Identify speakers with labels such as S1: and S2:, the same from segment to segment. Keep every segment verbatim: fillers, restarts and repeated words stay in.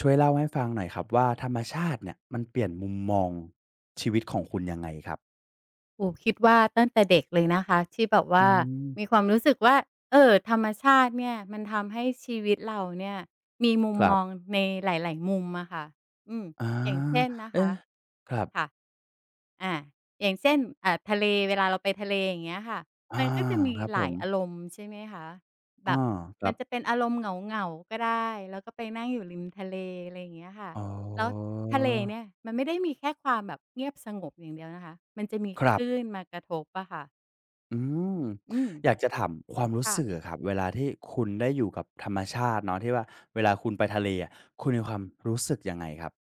S1: ช่วยเล่าให้ฟังหน่อยครับว่าธรรมชาติเนี่ยมันเปลี่ยนมุมมองชีวิตของคุณยังไงครับ
S2: โอ้คิดว่าตั้งแต่เด็กเลยนะคะที่แบบ
S1: อื
S2: ว่ามีค
S1: ม
S2: วามรู้สึกว่าเออธรรมชาติเนี่ยมันทำให้ชีวิตเราเนี่ยมีมุม
S1: ค
S2: ม
S1: รั
S2: อง
S1: บ
S2: ในหลายๆมุมอะค่ะอืม
S1: อา
S2: อย่างเช่นนะคะ
S1: เอ๊ะครับ
S2: ค่ะ อาอย่างเช่นอ่าทะเลเวลาเราไปทะเลอย่างเงี้ยค่ะ
S1: อา
S2: มันก็จะมี
S1: ครับ
S2: ห
S1: ผ
S2: ลาย
S1: ม
S2: อารมณ์ใช่ไหมคะแบ
S1: อา
S2: บ
S1: ครั
S2: มัน
S1: บ
S2: จะเป็นอารมณ์เหงาๆก็ได้แล้วก็ไปนั่งอยู่ริมทะเลอะไรอย่างเงี้ยค่ะ
S1: อ๋
S2: แล้ว
S1: อ
S2: ทะเลเนี่ยมันไม่ได้มีแค่ความแบบเงียบสงบอย่างเดียวนะคะมันจะมี
S1: ค
S2: ค
S1: รับ
S2: ลื่นมากระทบอะค่ะ
S1: อืม
S2: อืม
S1: อยากจะถามความรู้
S2: ค่ะ
S1: สึกอะครับเวลาที่คุณได้อยู่กับธรรมชาติเนาะที่ว่าเวลาคุณไปทะเลอะคุณมีความรู้สึกยังไงครับ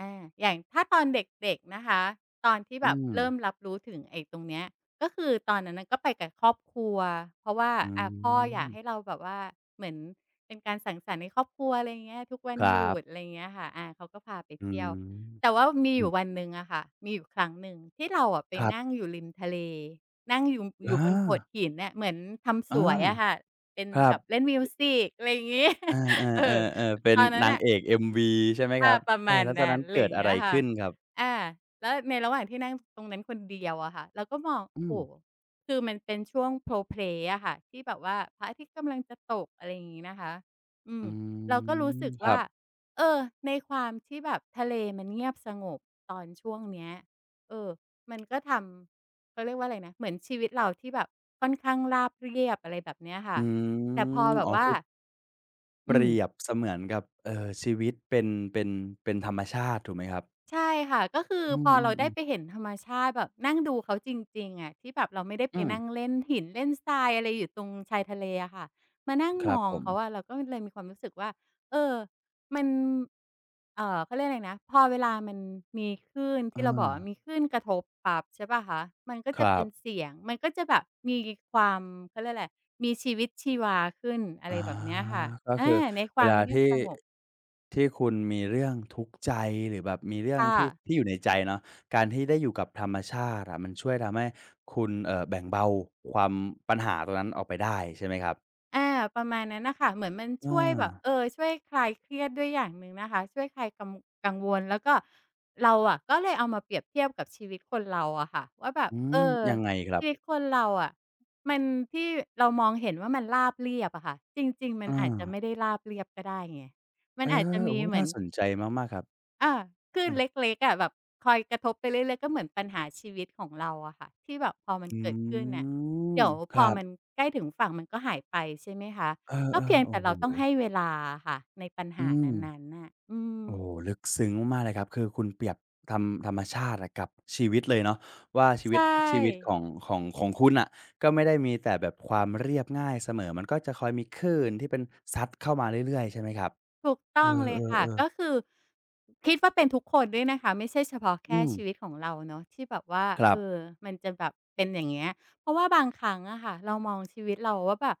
S2: อาอย่างถ้าตอนเด็กๆนะคะ ตอนที่แบ
S1: อื
S2: บ
S1: ม
S2: เริ่มรับรู้ถึงไอ้ตรงเนี้ยก็คือตอนนั้นน่ะก็ไปกับครอบครัวเพราะว่า
S1: อื
S2: อ่าพ่ออยากให้เรา
S1: ม
S2: แบบว่าเหมือนเป็นการสังสรรค์ในครอบครัวอะไรอย่างเงี้ยทุกวัน
S1: ค
S2: ห
S1: รั
S2: ยุดอะ
S1: บ
S2: ไรอย่างเงี้ยค่ะอาเขาก็พาไป
S1: อื
S2: เที่
S1: ม
S2: ยวแต่ว่ามี
S1: อื
S2: อยู่
S1: อ
S2: วันหนึ่งอะค่ะมีอยู่ครั้งหนึ่งที่เราอะไป
S1: ครั
S2: นั่ง
S1: บ
S2: อยู่ริมทะเลนั่งอยู่อยู่
S1: อา
S2: บนโขดหินน่ะเหมือนทำส
S1: อา
S2: วยอะค่ะเป็น
S1: ครั
S2: แบ
S1: บ
S2: บเล่นมิวสิกอะไรอย่างงี้
S1: อาเอ
S2: เออ
S1: อๆๆเป็
S2: ต
S1: น
S2: อนนั้น
S1: นาง
S2: น่ะ
S1: เอก เอ็ม วี ใช่ไหมค
S2: อา
S1: รับ
S2: ประ
S1: เออ
S2: มาณ
S1: แล้วตอน
S2: นั้
S1: นั้
S2: น
S1: น
S2: ไร
S1: เกิ
S2: อ
S1: ด
S2: ย่าง
S1: อะ
S2: เงี้
S1: ไร
S2: ยค่ะ
S1: ขึ้นครับ
S2: อาแล้วในระหว่างที่นั่งตรงนั้นคนเดียวอะค่ะเราก็มอง
S1: อืม
S2: โอ้โฮคือมันเป็นช่วง Pro Play อะค่ะ ที่แบบว่าพระอาทิตย์กำลังจะตกอะไรอย่างงี้นะคะ อื
S1: อื
S2: มเราก็รู้
S1: ม
S2: สึก
S1: ครั
S2: ว่า
S1: บ
S2: เออในความที่แบบทะเลมันเงียบสงบตอนช่วงเนี้ยเออมันก็ทำเขาเรียกว่าอะไรนะเหมือนชีวิตเราที่แบบค่อนข้างราบเรียบอะไรแบบเนี้ย
S1: อื
S2: ค่ะแต่พอ
S1: ม
S2: แบ
S1: อ๋อ
S2: บว่า
S1: คือเป
S2: อืม
S1: รียบเสมือนกับเอ่อชีวิตเป็นเป็นเป็นธรรมชาติถูกไหมครับ
S2: ใช่ค่ะก็คือ
S1: อื
S2: พอเราได้
S1: ม
S2: ไป
S1: ๆๆ
S2: เห็นธรรมชาติแบบนั่งดูเขาจริงๆอะที่แบบเราไม่ได้ไป
S1: อืม
S2: นั่งเล่นหินเล่นทรายอะไรอยู่ตรงชายทะเลอะค่ะมานั่ง
S1: ค
S2: ม
S1: รับ
S2: อง
S1: ผม
S2: เขาอะเราก็เลยมีความรู้สึกว่าเออมันเอ่อเขาเรียกอะไรนะพอเวลามันมีคลื่นที่
S1: อา
S2: เราบอกว่ามีคลื่นกระทบปั๊บใช่เปล่าคะมันก็
S1: ค
S2: จะ
S1: รั
S2: เป็น
S1: บ
S2: เสียงมันก็จะแบบมีความเขาเรียกอะไรมีชีวิตชีวาขึ้นอะ
S1: อา
S2: ไรแบบเนี้ยค่ะ
S1: ก็
S2: อา
S1: คือ
S2: ในค
S1: เว
S2: วาม
S1: ลา
S2: เงียบ
S1: ที่
S2: สงบ
S1: ที่คุณมีเรื่องทุกข์ใจหรือแบบมีเรื่อง
S2: ค่ะ
S1: ที่ที่อยู่ในใจเนาะการที่ได้อยู่กับธรรมชาติอะมันช่วยทำให้คุณเอ่อแบ่งเบาความปัญหาตรงนั้นออกไปได้ใช่ไหมครับ
S2: อาประมาณนั้นน่ะค่ะเหมือนมัน
S1: เออ
S2: ช่วยแบบเออช่วยคลายเครียดด้วยอย่างหนึ่งนะคะช่วยคลายกังกังวลแล้วก็เราอะก็เลยเอามาเปรียบเทียบกับชีวิตคนเราอะค่ะว่าแบบ
S1: อื
S2: เอ
S1: ม
S2: อ
S1: ยังไงครับ
S2: ชีวิตคนเราอะมันที่เรามองเห็นว่ามันราบเรียบอะค่ะจริงๆมัน
S1: เอา
S2: อาจจะไม่ได้ราบเรียบก็ได้ไงมั
S1: เอ
S2: น
S1: อ
S2: อาจจะ
S1: โอ้
S2: มีเหมือ
S1: น่า
S2: น
S1: สนใจมากๆครับ
S2: อาคือ
S1: เออ
S2: เล็กๆอะแบบคอยกระทบไปเรื่อยๆก็เหมือนปัญหาชีวิตของเราอะค่ะที่แบบพอมัน
S1: อ
S2: เกิดขึ้น
S1: ื
S2: น่ะ
S1: ม
S2: เดี๋ยว
S1: ค
S2: พอ
S1: รับ
S2: มันใกล้ถึงฝั่งมันก็หายไปใช่ไหมคะ
S1: เออ
S2: ก็เพีย
S1: ๆ
S2: ง
S1: โอ้
S2: แต่
S1: โฮ
S2: เราต้องให้เวลาอะค่ะในปัญ
S1: อื
S2: หานั
S1: ม
S2: ้นๆน่ะอื
S1: โอ้
S2: ม
S1: โฮลึกซึ้งมากๆเลยครับคือคุณเปรียบธรรมธรรมชาติอะกับชีวิตเลยเนาะว่าชีวิต
S2: ใช่
S1: ชีวิตของของของคุณน่ะก็ไม่ได้มีแต่แบบความเรียบง่ายเสมอมันก็จะคอยมีคลื่นที่เป็นซัดเข้ามาเรื่อยๆใช่ไหมครับ
S2: ถูก
S1: เอ
S2: ต้องเลยค่ะ
S1: อๆ
S2: ก็
S1: ๆ
S2: คือคิดว่าเป็นทุกคนด้วยนะคะไม่ใช่เฉพาะ
S1: อื
S2: แค่
S1: ม
S2: ชีวิตของเราเนาะที่แบบว่า
S1: ค
S2: เอ
S1: รั
S2: อ
S1: บ
S2: มันจะแบบเป็นอย่างเงี้ยเพราะว่าบางครั้งอะค่ะเรามองชีวิตเราว่าแบบ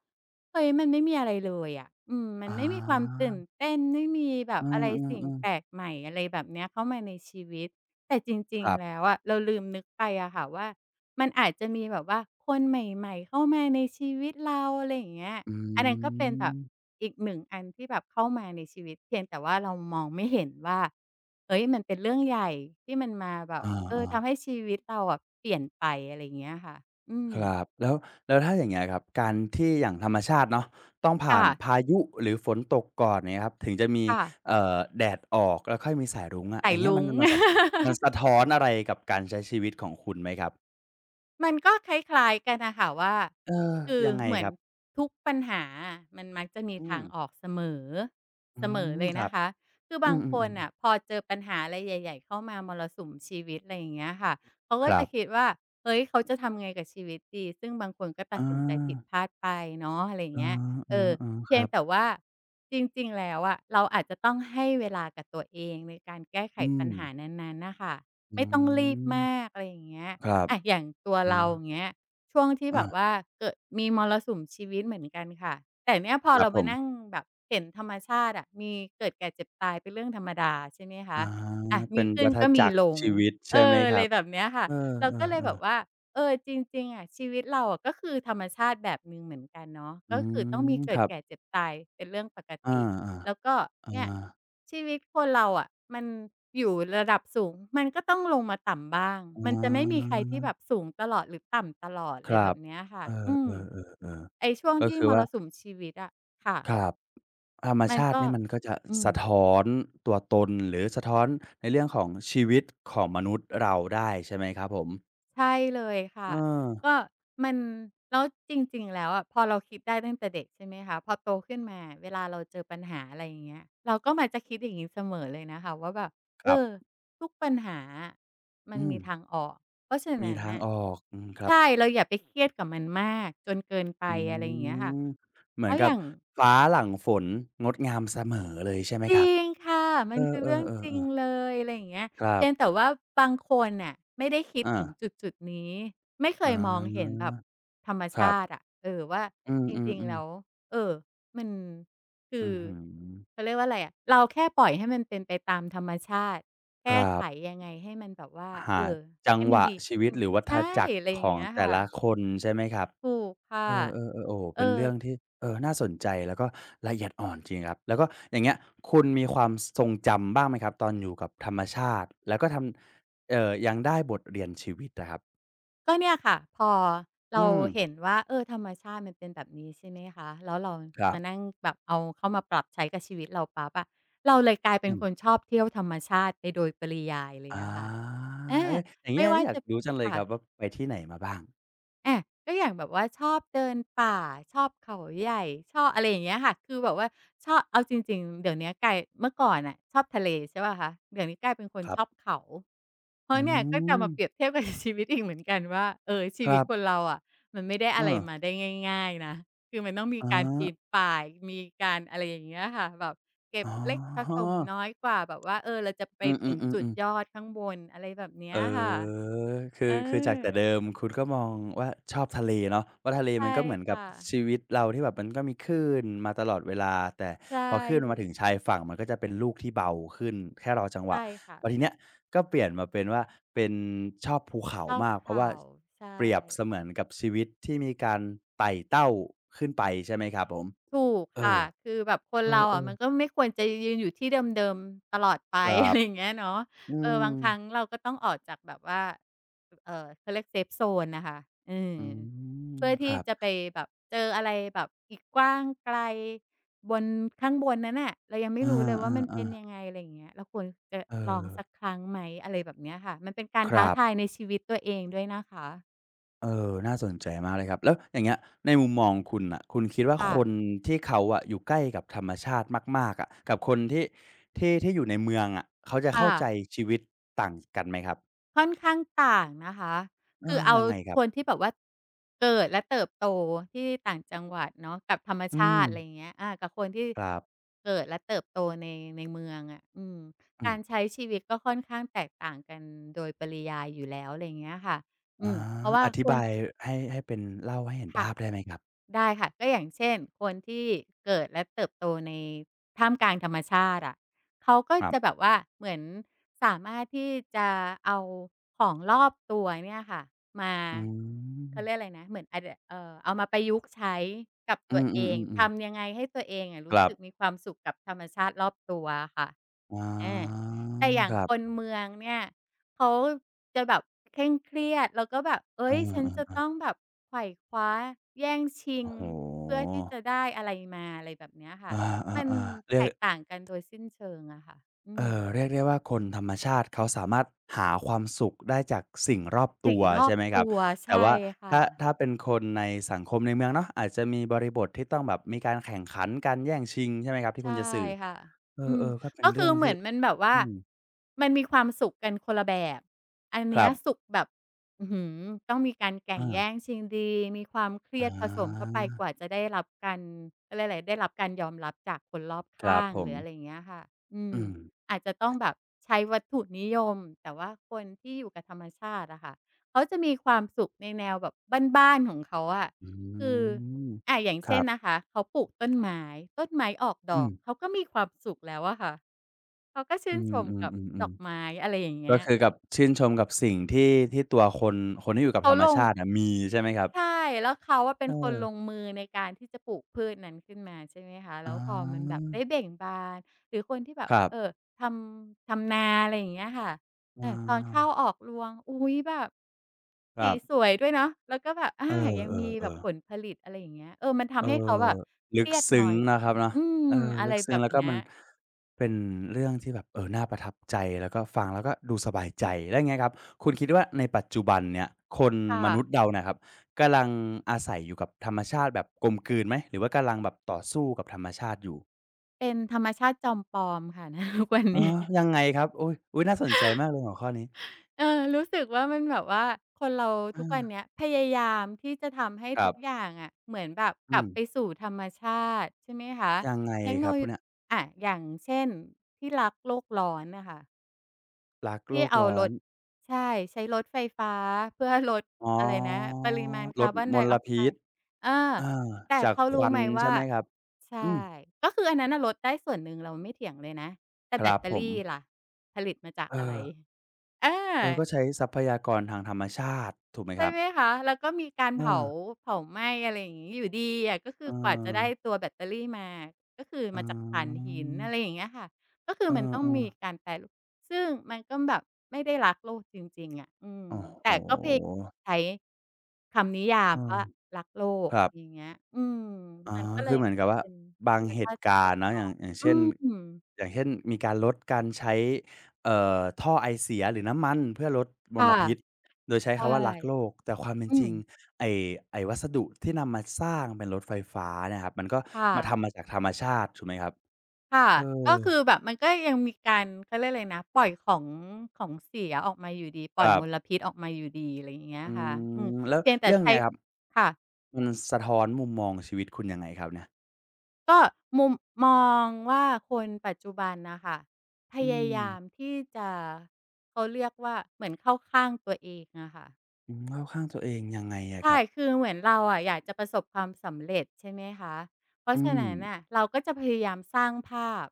S2: เฮ้ยมันไม่มีอะไรเลยอะอืมมัน
S1: อา
S2: ไม่มีความตื่นเต้นไม่มีแบ
S1: เอ
S2: บอะไรสิ่ง
S1: อๆ
S2: แป
S1: ๆ
S2: ลกใหม่อะไรแบบเนี้ยเข้ามาในชีวิตแต่จริ
S1: ค
S2: ง
S1: รั
S2: ๆแล้
S1: บ
S2: วอะเราลืมนึกไปอะค่ะว่ามันอาจจะมีแบบว่าคนใหม่ๆเข้ามาในชีวิตเราอะไรอย่างเงี้ย
S1: อื
S2: อันนั้นก็เป็นแบ
S1: ม
S2: บอีกหนึ่งอันที่แบบเข้ามาในชีวิตเพียงแต่ว่าเรามองไม่เห็นว่าเฮ้ยมันเป็นเรื่องใหญ่ที่มันมาแบ
S1: อ
S2: บเออ
S1: าๆ
S2: ทำให้ชีวิตเราอะเปลี่ยนไปอะไรอย่างเงี้ยค่ะ อืม
S1: ครับแล้วแล้วถ้าอย่างเงี้ยครับการที่อย่างธรรมชาติเนาะต้องผ่าน
S2: ค
S1: พายุหรือฝนตกก่อนอย่างเนี่ยครับถึงจะมี
S2: ่ะๆ
S1: เอ่อแดดออกแล้วค่อยมีสายรุ้งอะอ
S2: สาย
S1: ย่างเงี้ยมั
S2: รุ้
S1: น
S2: ง
S1: มันสะมันสะท้อนอะไรกับการใช้ชีวิตของคุณไหมครับ
S2: มันก็คล้ายๆกันน่ะค่ะว่า
S1: เออ
S2: คือ
S1: ยังไง
S2: เหมือ
S1: ค
S2: น
S1: รับ
S2: ทุกปัญหาอะมันมักจะมี
S1: อืม
S2: ทางออกเสมอ
S1: อื
S2: เสมอ
S1: ม
S2: เลย
S1: ครั
S2: นะ
S1: บ
S2: คะคือ
S1: อื
S2: บางค
S1: ม
S2: น
S1: ๆๆ
S2: น่ะพ
S1: ๆ
S2: อเจอปัญหาอะไรใหญ่ๆเข้ามามรสุมชีวิตอะไรอย่างเงี้ยค่ะเขา
S1: ค
S2: ก็
S1: รั
S2: จะ
S1: บ
S2: คิดว่าเฮ้ยเขาจะทำไงกับชีวิตดีซึ่งบางคนก็ตัด
S1: อา
S2: สินใจผิดพลาดไปเนาะอะไรอย่างเงี้ย
S1: เออ
S2: เออ
S1: ๆๆค
S2: เพียง
S1: รั
S2: แต่
S1: บ
S2: ว่าจริงๆแล้วอะเราอาจจะต้องให้เวลากับตัวเองในการแก้ไข
S1: อื
S2: ปั
S1: ม
S2: ญหานั้นๆน่ะค่ะ
S1: อื
S2: ไม่ต้องรีบ
S1: ม
S2: มากอะไรอย่างเงี้ย
S1: ครับ
S2: อะอย่างตัว
S1: อา
S2: เราอย่างเงี้ยช่วงที่
S1: อ
S2: แบ
S1: อา
S2: บว่าเกิดมีมรสุมชีวิตเหมือนกันค่ะแต่เนี่ยพอ
S1: ครับ
S2: เรา
S1: ผ
S2: มานั่ง
S1: ม
S2: แบบเห็นธรรมชาติอะมีเกิดแก่เจ็บตายเป็นเรื่องธรรมดาใช่ไหมคะ
S1: อา
S2: อะ
S1: เป็
S2: มี
S1: น
S2: ขึ้
S1: วั
S2: น
S1: ฏ
S2: ก็มี
S1: จักร
S2: ลง
S1: ชีวิต
S2: เอ
S1: ใช่ไหม
S2: อ
S1: ค
S2: อะไร
S1: รับ
S2: แบบเนี้ยค่ะ
S1: เอ
S2: เราก็เลยแบ
S1: อ
S2: บ
S1: ๆๆ
S2: ว่าเออจริงๆอะชีวิตเราอะก็คือธรรมชาติแบบหนึ่งเหมือนกันเนาะ
S1: อื
S2: ก็คือต้องมี
S1: มค
S2: เกิด
S1: รับ
S2: แก่เจ็บตายเป็นเรื่องปก
S1: อา
S2: ติ แล้ว
S1: ๆ
S2: ก็
S1: อา
S2: เนี่ยชีวิตคนเราอะมันอยู่ระดับสูงมันก็ต้องลงมาต่ำบ้าง
S1: อ๋
S2: มันจะไม่มี
S1: อ
S2: ใครที่แบบสูงตลอดหรือต่ำตลอด
S1: ค
S2: อะไร
S1: รั
S2: แบ
S1: บ
S2: บเนี้ยค่ะ
S1: เออ
S2: อืมไอ้
S1: ๆๆ
S2: ช่วง
S1: ๆก็
S2: ที่
S1: คือ
S2: มร
S1: ว่า
S2: สุมชีวิตอะค่ะ
S1: ครับธรรม
S2: มัน
S1: ชาติ
S2: ก็
S1: นี่มันก็จะ
S2: อืม
S1: สะท้อนตัวตนหรือสะท้อนในเรื่องของชีวิตของมนุษย์เราได้ใช่ไหมครับผม
S2: ใช่เลย
S1: เอ
S2: ค่ะ
S1: อ
S2: ก็มันแล้วจริงๆแล้วอะพอเราคิดได้ตั้งแต่เด็กใช่ไหมคะพอโตขึ้นมาเวลาเราเจอปัญหาอะไรอย่างเงี้ยเราก็มักจะคิดอย่างงี้เสมอเลยนะคะว่าแบบ
S1: ค
S2: เอ
S1: รั
S2: อ
S1: บ
S2: ทุกปัญหาอะมัน
S1: อืม
S2: มีทางออกเพราะฉะ
S1: มี
S2: นั้น
S1: ทาง
S2: น่ะ
S1: ออกอืมครับ
S2: ใช่เราอย่าไปเครียดกับมันมากจนเกินไป
S1: อื
S2: อะไรอย่างเงี้ยค่ะ
S1: มเห
S2: เพ
S1: มือน
S2: ราะอ
S1: กับ
S2: ย่าง
S1: ฟ้าหลังฝนงดงามเสมอเลยใช่ไหม
S2: จ
S1: ค
S2: ริ
S1: รับ
S2: งค่ะ
S1: เอ
S2: มันคือเรื่อง
S1: อ
S2: จริง
S1: ๆๆๆ
S2: เลยอะไรอย่างเงี้ย
S1: ครั
S2: เพียงแต่
S1: บ
S2: ว่าบางคนน่ะไม่ได้คิด
S1: อา
S2: ถึงจุดๆนี้ไม่เค
S1: อ๋
S2: ยมองเห็น
S1: อ
S2: แบบธรรม
S1: ค
S2: ชา
S1: รั
S2: ติ
S1: บ
S2: อะเออว่า
S1: อืม
S2: จ
S1: อืม
S2: ริง
S1: อื
S2: ๆ
S1: ม
S2: แล้วเออมันคือ
S1: อื้อฮือ
S2: เขาเรียกว่าอะไรอะเราแค่ปล่อยให้มันเป็นไปตามธรรมชาติ
S1: ค
S2: แก้
S1: รั
S2: ไข
S1: บ
S2: ยังไงให้มันแบบว่าเอ
S1: หา
S2: อ
S1: จัง
S2: ให้
S1: ห
S2: มัน
S1: วะ
S2: ดี
S1: ชี
S2: ขึ้
S1: วิต
S2: น
S1: หรือวัฏ
S2: ใช่
S1: จักร
S2: อะไรอ
S1: ข
S2: ย่าง
S1: อง
S2: เงี้ย
S1: แต่
S2: ค่ะ
S1: ละคนใช่ไหมครับ
S2: ถูก
S1: เอ
S2: ค่ะ
S1: อๆๆโอ้โฮ
S2: เออ
S1: เป็นเรื่องที่เออน่าสนใจแล้วก็ละเอียดอ่อนจริงครับแล้วก็อย่างเงี้ยคุณมีความทรงจำบ้างไหมครับตอนอยู่กับธรรมชาติแล้วก็ทำเอ่อยังได้บทเรียนชีวิตอะครับ
S2: ก็เนี่ยค่ะพอ
S1: อื
S2: เรา
S1: ม
S2: เห็นว่าเออธรรมชาติมันเป็นแบบนี้ใช่ไหมคะแล้วเรา
S1: ครั
S2: มานั่
S1: บ
S2: งแบบเอาเข้ามาปรับใช้กับชีวิตเราปั๊บอะเราเลยกลายเป็
S1: อื
S2: น
S1: ม
S2: คนชอบเที่ยวธรรมชาติไปโดยปริยายเลย
S1: อา
S2: อะค่ะอา
S1: เอ๊ยอย่างเงี้
S2: ไม่
S1: ย
S2: ว่า
S1: อยาก
S2: จะ
S1: รู้จังเลยค
S2: ค่ะ
S1: รับว่าไปที่ไหนมาบ้าง
S2: อาก็อย่างแบบว่าชอบเดินป่าชอบเขาใหญ่ชอบอะไรอย่างเงี้ยค่ะคือแบบว่าชอบเอาจริงๆ เดี๋ยวเนี้ยกลายเมื่อก่อนน่ะชอบทะเลใช่เปล่าคะเดี๋ยวนี้กลายเป็นคน
S1: ครั
S2: ชอบ
S1: บ
S2: เขาเพ
S1: อื
S2: ราะเนี่ยก็จะ
S1: ม
S2: มาเปรียบเทียบกับชีวิตอีกเหมือนกันว่าเออชี
S1: ค
S2: วิ
S1: รั
S2: ตคน
S1: บ
S2: เราอะมันไม่ได้
S1: เอ
S2: อะไร
S1: อ
S2: มาได้ง่ายๆนะคือมันต้องมี
S1: อ๋อ
S2: การปีนป่ายมีการอะไรอย่างเงี้ยค่ะแบบเก็บ
S1: อ๋
S2: เล็กผส
S1: อ
S2: มน้อยกว่าแบบว่าเออเราจะไป
S1: อืมอื
S2: ถึ
S1: ม
S2: ง
S1: อืม
S2: จุ
S1: อื
S2: ด
S1: ม
S2: ยอดข้างบนอะไรแบบเนี้
S1: เอ
S2: ยค่ะ
S1: อคื
S2: เอ
S1: อคือจาก
S2: อ
S1: แต่เดิมคุณก็มองว่าชอบทะเลเนาะว่าทะเล
S2: ใช่
S1: มันก็เหมือนกับ
S2: ค่ะ
S1: ชีวิตเราที่แบบมันก็มีคลื่นมาตลอดเวลาแต่
S2: ใช่
S1: พอคลื่นมัน
S2: สิ
S1: มาถึงชายฝั่งมันก็จะเป็นลูกที่เบาขึ้นแค่รอจังหวะ
S2: ใช่ค่ะ
S1: พอทีเนี้ยก็เปลี่ยนมาเป็นว่าเป็นชอบภูเขา
S2: ชอบ
S1: มากเพราะว่า
S2: ข่าวใช่
S1: เปรียบเสมือนกับชีวิตที่มีการไต่เต้าขึ้นไปใช่ไหมครับผม
S2: ถูก
S1: เอ
S2: ค่ะ
S1: อ
S2: คือแบบค
S1: เ
S2: นเรา
S1: อ
S2: อะ
S1: อ
S2: มันก็
S1: ๆ
S2: ไม่ควรจะยืนอยู่ที่เดิมๆตลอดไป
S1: ครั
S2: อะ
S1: บ
S2: ไรอย่างเงี้ยเนาะ
S1: อื
S2: เออ
S1: ม
S2: บางครั้งเราก็ต้องออกจากแบบว่าเอ่อเขาเรียกเซฟโซนน่ะค่ะเออ
S1: อืม
S2: เพื่อ
S1: ค
S2: ที่
S1: รับ
S2: จะไปแบบเจออะไรแบบอีกกว้างไกลบนข้างบนนั้นน่ะเรายังไม่
S1: อ
S2: รู้เลยว่ามัน
S1: า
S2: เป็น
S1: ๆๆ
S2: ยังไงอะไรอย่างเงี้ยเราควรจะ
S1: เอ
S2: ลอง
S1: อ
S2: สักครั้งไหมอะไรแบบเนี้ยค่ะมันเป็นการ
S1: ค
S2: ท้า
S1: รั
S2: ทาย
S1: บ
S2: ในชีวิตตัวเองด้วยนะคะ
S1: เออน่าสนใจมากเลยครับแล้วอย่างเงี้ยในมุมมองคุณน่ะคุณคิดว่า
S2: ค่ะ
S1: คนที่เขาอะอยู่ใกล้กับธรรมชาติมากๆอะกับคนที่ที่ที่อยู่ในเมืองอะเขาจะเข้า
S2: ค่ะ
S1: ใจชีวิตต่างกันไหมครับ
S2: ค่อนข้างต่างนะคะ
S1: เออ
S2: คือเอา
S1: ยังไงครั
S2: คน
S1: บ
S2: ที่แบบว่าเกิดและเติบโตที่ต่างจังหวัดเนาะกับธรรม
S1: อื
S2: ชา
S1: ม
S2: ติอะไรอย่างเงี้ยอากับคนที่
S1: ครับ
S2: เกิดและเติบโตในในเมืองอะอืม
S1: อื
S2: การ
S1: ม
S2: ใช้ชีวิตก็ค่อนข้างแตกต่างกันโดยปริยายอยู่แล้วอะไรอย่างเงี้ยค่ะอื
S1: อา
S2: มเพราะว่า
S1: อธิ
S2: คน
S1: บายให้ให้เป็นเล่าให้เห็น
S2: ค่ะ
S1: ภาพได้ไหมครับ
S2: ได้ค่ะก็อย่างเช่นคนที่เกิดและเติบโตในท่ามกลางธรรมชาติอะเขาก็
S1: ครั
S2: จะ
S1: บ
S2: แบบว่าเหมือนสามารถที่จะเอาของรอบตัวเนี่ยค่ะมา
S1: อื
S2: เขาเรียกอะ
S1: ม
S2: ไรนะเหมือนอาจจะเอ่อเอามาประยุกต์ใช้กับ
S1: อื
S2: ตัว
S1: ม
S2: เอง
S1: ๆๆ
S2: ทำ
S1: ๆ
S2: ยังไงให้ตัวเองอะ
S1: ค
S2: รู้
S1: รั
S2: สึกมี
S1: บ
S2: ความสุขกับธรรมชาติรอบตัวอะค่ะ
S1: อ๋
S2: อา
S1: อ
S2: แต่อย่า
S1: ค
S2: ง
S1: รั
S2: คน
S1: บ
S2: เมืองเนี่ย เขาจะแบบเคร่งเครียดแล้วก็แบบเฮ้
S1: เ
S2: ยฉันจะ
S1: ออ
S2: ต้องแบบไขว่คว้าแย่ง
S1: ๆ
S2: ชิง
S1: โอ้โฮ
S2: เพื่อที่จะได้อะไรมาอะไรแบบเนี้ย
S1: อ
S2: ค่ะมัน
S1: าๆๆเรี
S2: แต
S1: ยก
S2: กต่างกันโดยสิ้นเชิงอะค่ะอื
S1: เอ่
S2: ม
S1: อเรียกได้ว่าคนธรรมชาติเขาสามารถหาความสุขได้จากสิ่งรอบตั
S2: สิ่ง
S1: ว
S2: รอ
S1: ใช่
S2: บ
S1: ไหมครั
S2: ตั
S1: บ
S2: ว
S1: แต่
S2: ใช่
S1: ว่า
S2: ค่ะ
S1: ถ้าถ้าเป็นคนในสังคมในเมืองเนาะอาจจะมีบริบทที่ต้องแบบมีการแข่งขันกันแย่งชิงใช่ไหมครับที่คุ
S2: ใช่
S1: ณจะสื่อ
S2: ค่ะ
S1: เออ
S2: อื
S1: เอ
S2: ม
S1: อก็เป็น
S2: ก็
S1: เรื่
S2: คื
S1: อ
S2: อ
S1: ง
S2: เหมื
S1: ที่
S2: อนมันแบบว่า
S1: อืม
S2: มันมีความสุขกันคนละแบบ อัน
S1: ค
S2: เนี้
S1: รั
S2: ยสุ
S1: บ
S2: ขแบบอื้อฮือต้องมีการแก่ง
S1: อ่า
S2: แย่งชิงดีมีความเครี
S1: อ
S2: ยดผสมเข้า
S1: า
S2: ไปกว่าจะได้รับการเขาเรียกอะไรได้รับการยอมรับจากคนรอบ
S1: ครั
S2: ข้า
S1: บ
S2: ง
S1: ผ
S2: ห
S1: ม
S2: รืออะไรอย่างเงี้ยค่ะอืม
S1: อืม
S2: อาจจะต้องแบบใช้วัตถุนิยมแต่ว่าคนที่อยู่กับธรรมชาติอะค่ะเขาจะมีความสุขในแนวแบบบ้านๆของเขาอะ
S1: อื
S2: คือ
S1: ม
S2: อ่าอย่าง
S1: ค
S2: เช่
S1: รั
S2: น
S1: บ
S2: นะคะ เขาปลูกต้นไม้ ต้นไม้ออกด
S1: อื
S2: อก
S1: ม
S2: เขาก็มีความสุขแล้วอะค่ะ เขาก็
S1: อื
S2: ชื่น
S1: ม
S2: ชม
S1: อืม
S2: กับ
S1: อืมอื
S2: ด
S1: ม
S2: อกไม้อะไรอย่าง
S1: ก็
S2: เงี้ย
S1: คือกับชื่นชมกับสิ่งที่ที่ตัวคนคนที่อยู่กับ
S2: เขา
S1: ธรรม
S2: ลง
S1: ชาติ่ะมีใช่ไหมครับ
S2: ใช่แล้วเขาอะเป็
S1: เ
S2: นคนลง
S1: ออ
S2: มือในการที่จะปลูกพืชนั้นขึ้นมาใช่ไหมคะแล้
S1: อา
S2: วพอมันแบบได้เบ่งบานหรือคนที่แบบ
S1: ครับ
S2: เอ่อทำทำนาอะไรอย่างเงี้ยค่ะเออ
S1: อา
S2: ตอนข้าวออกรวงอุ๊ยแบบ
S1: ค
S2: สี
S1: รั
S2: ส
S1: บ
S2: วยด้วยเนาะแล้วก็แบบอา
S1: เอ
S2: ยังมีแบบ
S1: อๆ
S2: ผ
S1: ๆ
S2: ลผลิตอะไรอย่างเงี้ยเออมัน
S1: เอ
S2: ทำให้เขา
S1: อ
S2: แบบเค
S1: ลึก
S2: รียดน้
S1: ซึ้
S2: อ
S1: ง
S2: ย
S1: นะค
S2: ล
S1: รั
S2: ง
S1: บเนาะ
S2: อืม
S1: เออ
S2: อะ
S1: ลึ
S2: ไร
S1: ก
S2: แบ
S1: ซึ้ง
S2: บ
S1: แล้วก็
S2: เนี้ย
S1: มันเป็นเรื่องที่แบบเออน่าประทับใจแล้วก็ฟังแล้วก็ดูสบายใจแล้วอย่างเงี้ยครับคุณคิดว่าในปัจจุบันเนี่ยคนมนุษย์
S2: ค่ะ
S1: เราเนี่ยครับกำลังอาศัยอยู่กับธรรมชาติแบบกลมกลืนไหมหรือว่ากำลังแบบต่อสู้กับธรรมชาติอยู่
S2: เป็นธรรมชาติจอมปลอมค่ะ ณทุกวัน
S1: อ๋อ
S2: นี้
S1: ยังไงครับอุ๊ยอุ๊ยน่าสนใจมากเลยหัวข้อนี้
S2: เออรู้สึกว่ามันแบบว่าคนเรา
S1: อา
S2: ทุกวันเนี้ยพยายามที่จะทำให้
S1: ครั
S2: ทุก
S1: บ
S2: อย่างอะเหมือนแบบก
S1: อื
S2: ลับ
S1: ม
S2: ไปสู่ธรรมชาติใช่ไหมคะ
S1: ยังไง
S2: เทค
S1: ค
S2: โน
S1: รับ
S2: โล
S1: พวกเนี้ย
S2: อะอย่างเช่นที่รักโลกร้อนน่ะค่ะ
S1: รักโล
S2: ที่
S1: ก
S2: เอา
S1: ร้อ
S2: ร
S1: น
S2: ถใช่ใช้รถไฟฟ้าเพื่อลด
S1: อ๋อ
S2: อะไรนะปริมาณ
S1: ล
S2: คา
S1: ด
S2: ร์บอน
S1: ม
S2: ได
S1: ล
S2: ออกไซ
S1: พิษ
S2: ด์เออ
S1: อา
S2: แต่
S1: จาก
S2: เขา
S1: ค
S2: รู้
S1: วัน
S2: ไหม
S1: ใช่
S2: ว่า
S1: ไหมครับ
S2: ใช่
S1: อืม
S2: ก็คืออันนั้นน่ะลดได้ส่วนหนึ่งเราไม่เถียงเลยนะแต่
S1: ค
S2: แบ
S1: รั
S2: ต
S1: บ
S2: เตอ
S1: ผ
S2: รี่
S1: ม
S2: ล่ะผลิตมาจาก
S1: เอ
S2: อะไร
S1: อ
S2: เออ
S1: เออก็ใช้ทรัพยากรทางธรรมชาติถูกไหมค
S2: ใช่
S1: รับ
S2: ไหมคะแล้วก็มีการ
S1: เอ
S2: เผา
S1: อ
S2: เผาไหม้อะไรอย่างงี้อยู่ดีอะก็คือ
S1: เออ
S2: กว่าจะได้ตัวแบตเตอรี่มาก็คือ
S1: อ๋
S2: มาจากถ่าน
S1: อ
S2: หินอะไรอย่างเงี้ยค่ะก็คือ
S1: เอ
S2: มันต้อง
S1: อ
S2: มี
S1: ๆ
S2: การแปรรูปซึ่งมันก็แบบไม่ได้รักโลกจริงๆอะอืม
S1: โอ้โ
S2: แต่ก็พยายาม
S1: ฮ
S2: ใช้คำนิยาม
S1: เออ
S2: ว่ารักโลก
S1: ครับ
S2: อย่างเงี้ยอืม
S1: อ๋อ
S2: มันก็เล
S1: คือ
S2: ย
S1: เหมือ
S2: เห
S1: น
S2: มือ
S1: กั
S2: น
S1: บว่า
S2: เป็น
S1: บา
S2: ธ
S1: ง
S2: รรม
S1: เห
S2: ชา
S1: ตุ
S2: ติ
S1: การณ์เนาะอย่าง อย่าง
S2: อื
S1: เช่น
S2: ม
S1: อย่างเช่นมีการลดการใช้เอ่อท่อไอเสียหรือน้ำมันเพื่อลดม
S2: ค่ะ
S1: ลพิษ โดยใช้
S2: ใช่
S1: คำว่ารักโลก แต่ความเป็น
S2: อื
S1: จ
S2: ม
S1: ริงไอ้ไอ้วัสดุที่นำมาสร้างเป็นรถไฟฟ้าเนี่ยครับ มันก็
S2: ค่ะ
S1: มาทำมาจากธรรมชาติถูกไหมครับ
S2: ค่ะ
S1: เออ
S2: ก็คือแบบมันก็ยังมีการเขาเรียกอะไรนะปล่อยของของเสียออกมาอยู่ดีป
S1: ค
S2: ล่อย
S1: รั
S2: มล
S1: บ
S2: พิษออกมาอยู่ดีอะไรอย่างเงี้ย
S1: อื
S2: ค่ะอืม
S1: มแล้ว
S2: เพียงแต่
S1: เรื่อง
S2: ใช้
S1: เนี้ยครับ
S2: ค่ะ
S1: มันสะท้อนมุมมองชีวิตคุณยังไงครับเนี่ย
S2: ก็มุมมองว่าคนปัจจุบันน่ะค่ะพ
S1: อื
S2: ยา
S1: ม
S2: ยามที่จะเขาเรียกว่าเหมือนเข้าข้างตัวเองอะค่ะ
S1: อืมเข้าข้างตัวเองยังไงอะครั
S2: ใช่
S1: บ
S2: คือเหมือนเราอะอยากจะประสบความสำเร็จใช่ไหมคะเพราะ
S1: อื
S2: ฉะ
S1: ม
S2: นั้นน่ะเราก็จะพยายามสร้างภาพ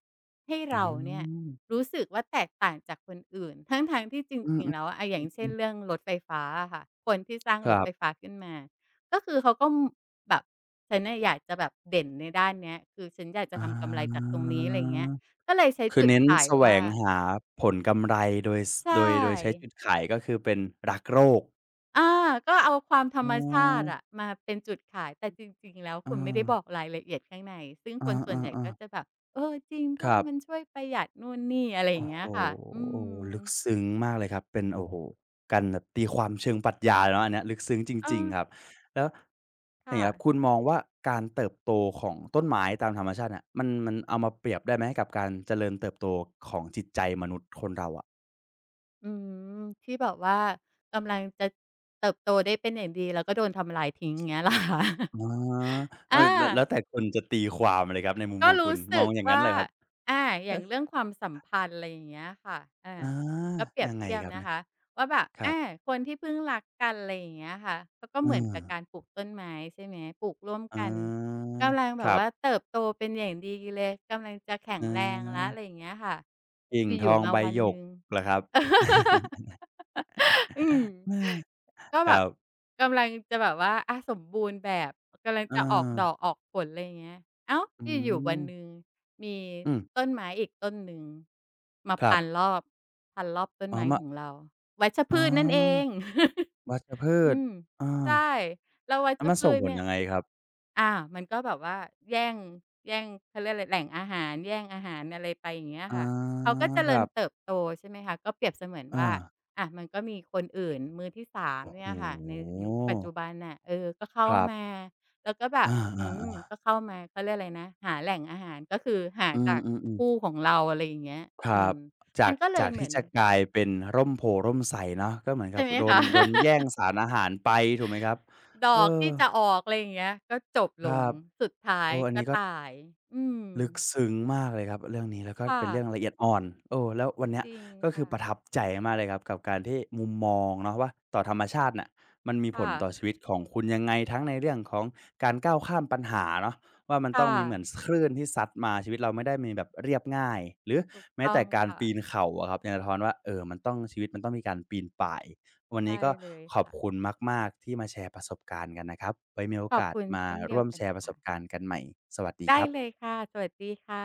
S2: ให้
S1: อื
S2: เราเนี่ย
S1: ม
S2: รู้สึกว่าแตกต่างจากคนอื่น ทั้งๆที่จ
S1: อือ
S2: ริงๆแล้วอะ
S1: ๆ
S2: อ
S1: อื
S2: ย่างเช่น
S1: อๆ
S2: เรื่องรถไฟฟ้าอะค่ะคนที่สร้าง
S1: ค
S2: ร
S1: รั
S2: ถไฟ
S1: บ
S2: ฟ้าขึ้นมาก็คือเขาก็แบบฉันน่ะอยากจะแบบเด่นในด้านเนี้ยคือฉันอยากจะ
S1: อา
S2: ทำกำไรจากตรงนี้อะไรอย่างเงี้ยก็เลยใช้
S1: คือ
S2: จุด
S1: เน้น
S2: ขาย
S1: แสว
S2: ว่า
S1: งหาผลกำไรโดยส
S2: ใช่
S1: โดยโดยใช้จุดขายก็คือเป็นรักโลก
S2: อาก็เอาความธร
S1: อ๋อ
S2: รมชาติอะมาเป็นจุดขายแต่จริงๆแล้ว
S1: อา
S2: คุณไม่ได้บอกรายละเอียดข้างในซึ่ง
S1: อ
S2: คนส่วนใหญ่
S1: า
S2: ก็
S1: ๆๆ
S2: จะแบบเออจริง
S1: ค
S2: ด้วย
S1: รับ
S2: มันช่วยประหยัดนู่นนี่อะไรอย่า
S1: โอ้
S2: ง
S1: โฮ
S2: เงี้ยค่ะอื
S1: โอ้
S2: ม
S1: ลึกซึ้งมากเลยครับ เป็นโอ้โฮการแบบตีความเชิงปรัชญาเนาะอันเนี้ยลึกซึ้งจ
S2: เอ
S1: ริงๆครับ
S2: อ
S1: แล้วอย่าง
S2: ค่ะ
S1: เงี้ยครับคุณมองว่าการเติบโตของต้นไม้ตามธรรมชาติเนี่ยมันมันเอามาเปรียบได้ไหมกับการเจริญเติบโตของจิตใจมนุษย์คนเราอะ
S2: อืมที่แบบว่ากำลังจะเติบโตได้เป็นอย่างดีแล้วก็โดนทำลายทิ้งเงี้ย เหรอคะ
S1: อ๋อเออแล้ว
S2: อา
S1: แล้วแต่คนจะตีความเลยครับในมุม
S2: ก็
S1: ของคุ
S2: รู้
S1: ณมอ
S2: สึ
S1: ง
S2: ก
S1: อย่างงั้น
S2: ว่า
S1: เลยครับ
S2: อาอย่าง
S1: เอ๊ะ
S2: เรื่องความสัมพันธ์อะไรอย่างเงี้ยค่ะอา
S1: อา
S2: ก็เปรีย
S1: ยั
S2: บ
S1: งไง
S2: เทียบ
S1: ครับ
S2: นะ
S1: เนี่ย
S2: คะ ว่าแบบ
S1: ครับ
S2: อาคนที่เพิ่งรักกันอะไรอย่างเงี้ยค่ะเขาก็
S1: เอ
S2: เหมือน
S1: อ
S2: กับการปลูกต้นไม้ใช่ไหมปลูกร่วม
S1: อ๋
S2: กัน
S1: อ
S2: กำลังแบ
S1: ค
S2: บ
S1: รับ
S2: ว่าเติบโตเป็นอย่างดีเลย กำลังจะแข็ง
S1: อ
S2: แรงแล้วอะไร
S1: า
S2: อย่างเงี้ยค่ะ
S1: กิ่ง
S2: คือ
S1: ท
S2: อยู่
S1: อง
S2: มา
S1: ใบ
S2: วัน
S1: หย
S2: หนึ่
S1: ก
S2: ง
S1: เหรอครับ
S2: อืม
S1: เออ
S2: ก็
S1: ค
S2: แบ
S1: รั
S2: บ
S1: บ
S2: กำลังจะแบบว่าอะสมบูรณ์แบบกำลัง
S1: เออ
S2: จะออกดอกออกผลอะไรเงี้ยเอ้าว
S1: อื
S2: อยู่ๆวัน
S1: ม
S2: หนึ่งมี
S1: อืม
S2: ต้นไม้อีกต้นหนึ่งมา
S1: ครั
S2: พันร
S1: บ
S2: อบพันรอบต้น
S1: อ๋อ
S2: ไม้
S1: มะ
S2: ของเราวัช
S1: อ๋
S2: พืชนั่นเอง
S1: อวัชพื
S2: อื
S1: ช
S2: ม
S1: เออ
S2: ใช่แล้ววั
S1: แล้
S2: ช
S1: วมัน
S2: พื
S1: ส่ง
S2: ช
S1: ผล
S2: เนี่ย
S1: ยังไงครับ
S2: อ่ามันก็แบบว่าแย่งแย่งเขาเรียกอะไรแหล่งอาหารแย่งอาหารอะไรไปอย่างเงี้ย
S1: อ๋อ
S2: ค่ะเขาก็เจ
S1: ค
S2: ริ
S1: รั
S2: ญ
S1: บ
S2: เติบโตใช่ไหมคะก็เปรียบเสมือน
S1: เอ
S2: ว่า
S1: อ
S2: อามันก็มีคนอื่นมือที่สาม
S1: โอ้โฮ
S2: เนี่ยค่ะในยุคปัจจุบันน่ะเออก็เข้า
S1: ครั
S2: มา
S1: บ
S2: แล้วก็แบบ
S1: อา
S2: อืมก็
S1: ๆ
S2: เข้ามาเขาเรียกอะไรนะหาแหล่งอาหารก็คือหา
S1: ๆอื
S2: จาก
S1: ม
S2: คู่
S1: ๆ
S2: ของเราอะไรอย่างเงี้ย
S1: ค
S2: อื
S1: รับ
S2: ม
S1: จา
S2: มั
S1: ก
S2: นก็เล
S1: จา
S2: ย
S1: ก
S2: เห
S1: ที่
S2: มือน
S1: จะกลายเป็นร่มโพร่มไทรเนาะก็เหมือนกั
S2: ใช่
S1: บ
S2: ไหม
S1: โดน
S2: คะ
S1: โดนแย่ง สารอาหารไปถูกไหมครับ
S2: ด
S1: เอ
S2: อก
S1: อ
S2: ที่จะออกอะไรอย่างเงี้ยก็จบ
S1: ค
S2: ล
S1: รั
S2: ง
S1: บ
S2: สุดท้า
S1: เอ
S2: ย
S1: ออัน
S2: ก็
S1: นี้ก็
S2: ตายอืม
S1: ลึกซึ้งมากเลยครับเรื่องนี้แล้วก็เป็นเรื่อง
S2: ค่ะ
S1: ละเอียดอ่อนเออแล้ววันเนี้
S2: จ
S1: ย
S2: ริง
S1: ก็คือ
S2: ค่ะ
S1: ประทับใจมากเลยครับกับการที่มุมมองเนาะว่าต่อธรรมชาติน่ะมันมีผล
S2: ค่ะ
S1: ต่อชีวิตของคุณยังไงทั้งในเรื่องของการก้าวข้ามปัญหาเนาะว่ามันต้อง
S2: ค่ะ
S1: มีเหมือนสคลื่นที่ซัดมาชีวิตเราไม่ได้มีแบบเรียบง่ายหรือ
S2: ถูก
S1: แม้
S2: ต้อ
S1: แต่
S2: ง
S1: การปีน
S2: ค่ะ
S1: เขาอะครับยังสะท้อนว่าเอ่อมันต้องชีวิตมันต้องมีการปีนป่ายวันนี้
S2: ใช่
S1: ก็
S2: เลย
S1: ขอบคุณ
S2: ค่ะ
S1: มากๆที่มาแชร์ประสบการณ์กันนะครับไว้มีโอ
S2: ขอบ
S1: กาส
S2: คุณ
S1: มา
S2: เช่นเดี
S1: ร่
S2: ย
S1: ว
S2: ว
S1: ม
S2: กั
S1: แช
S2: น
S1: ร์ประส
S2: ค่ะ
S1: บการณ์กันใหม่สวัสดีค
S2: ได้
S1: รั
S2: เล
S1: บ
S2: ยค่ะสวัสดีค่ะ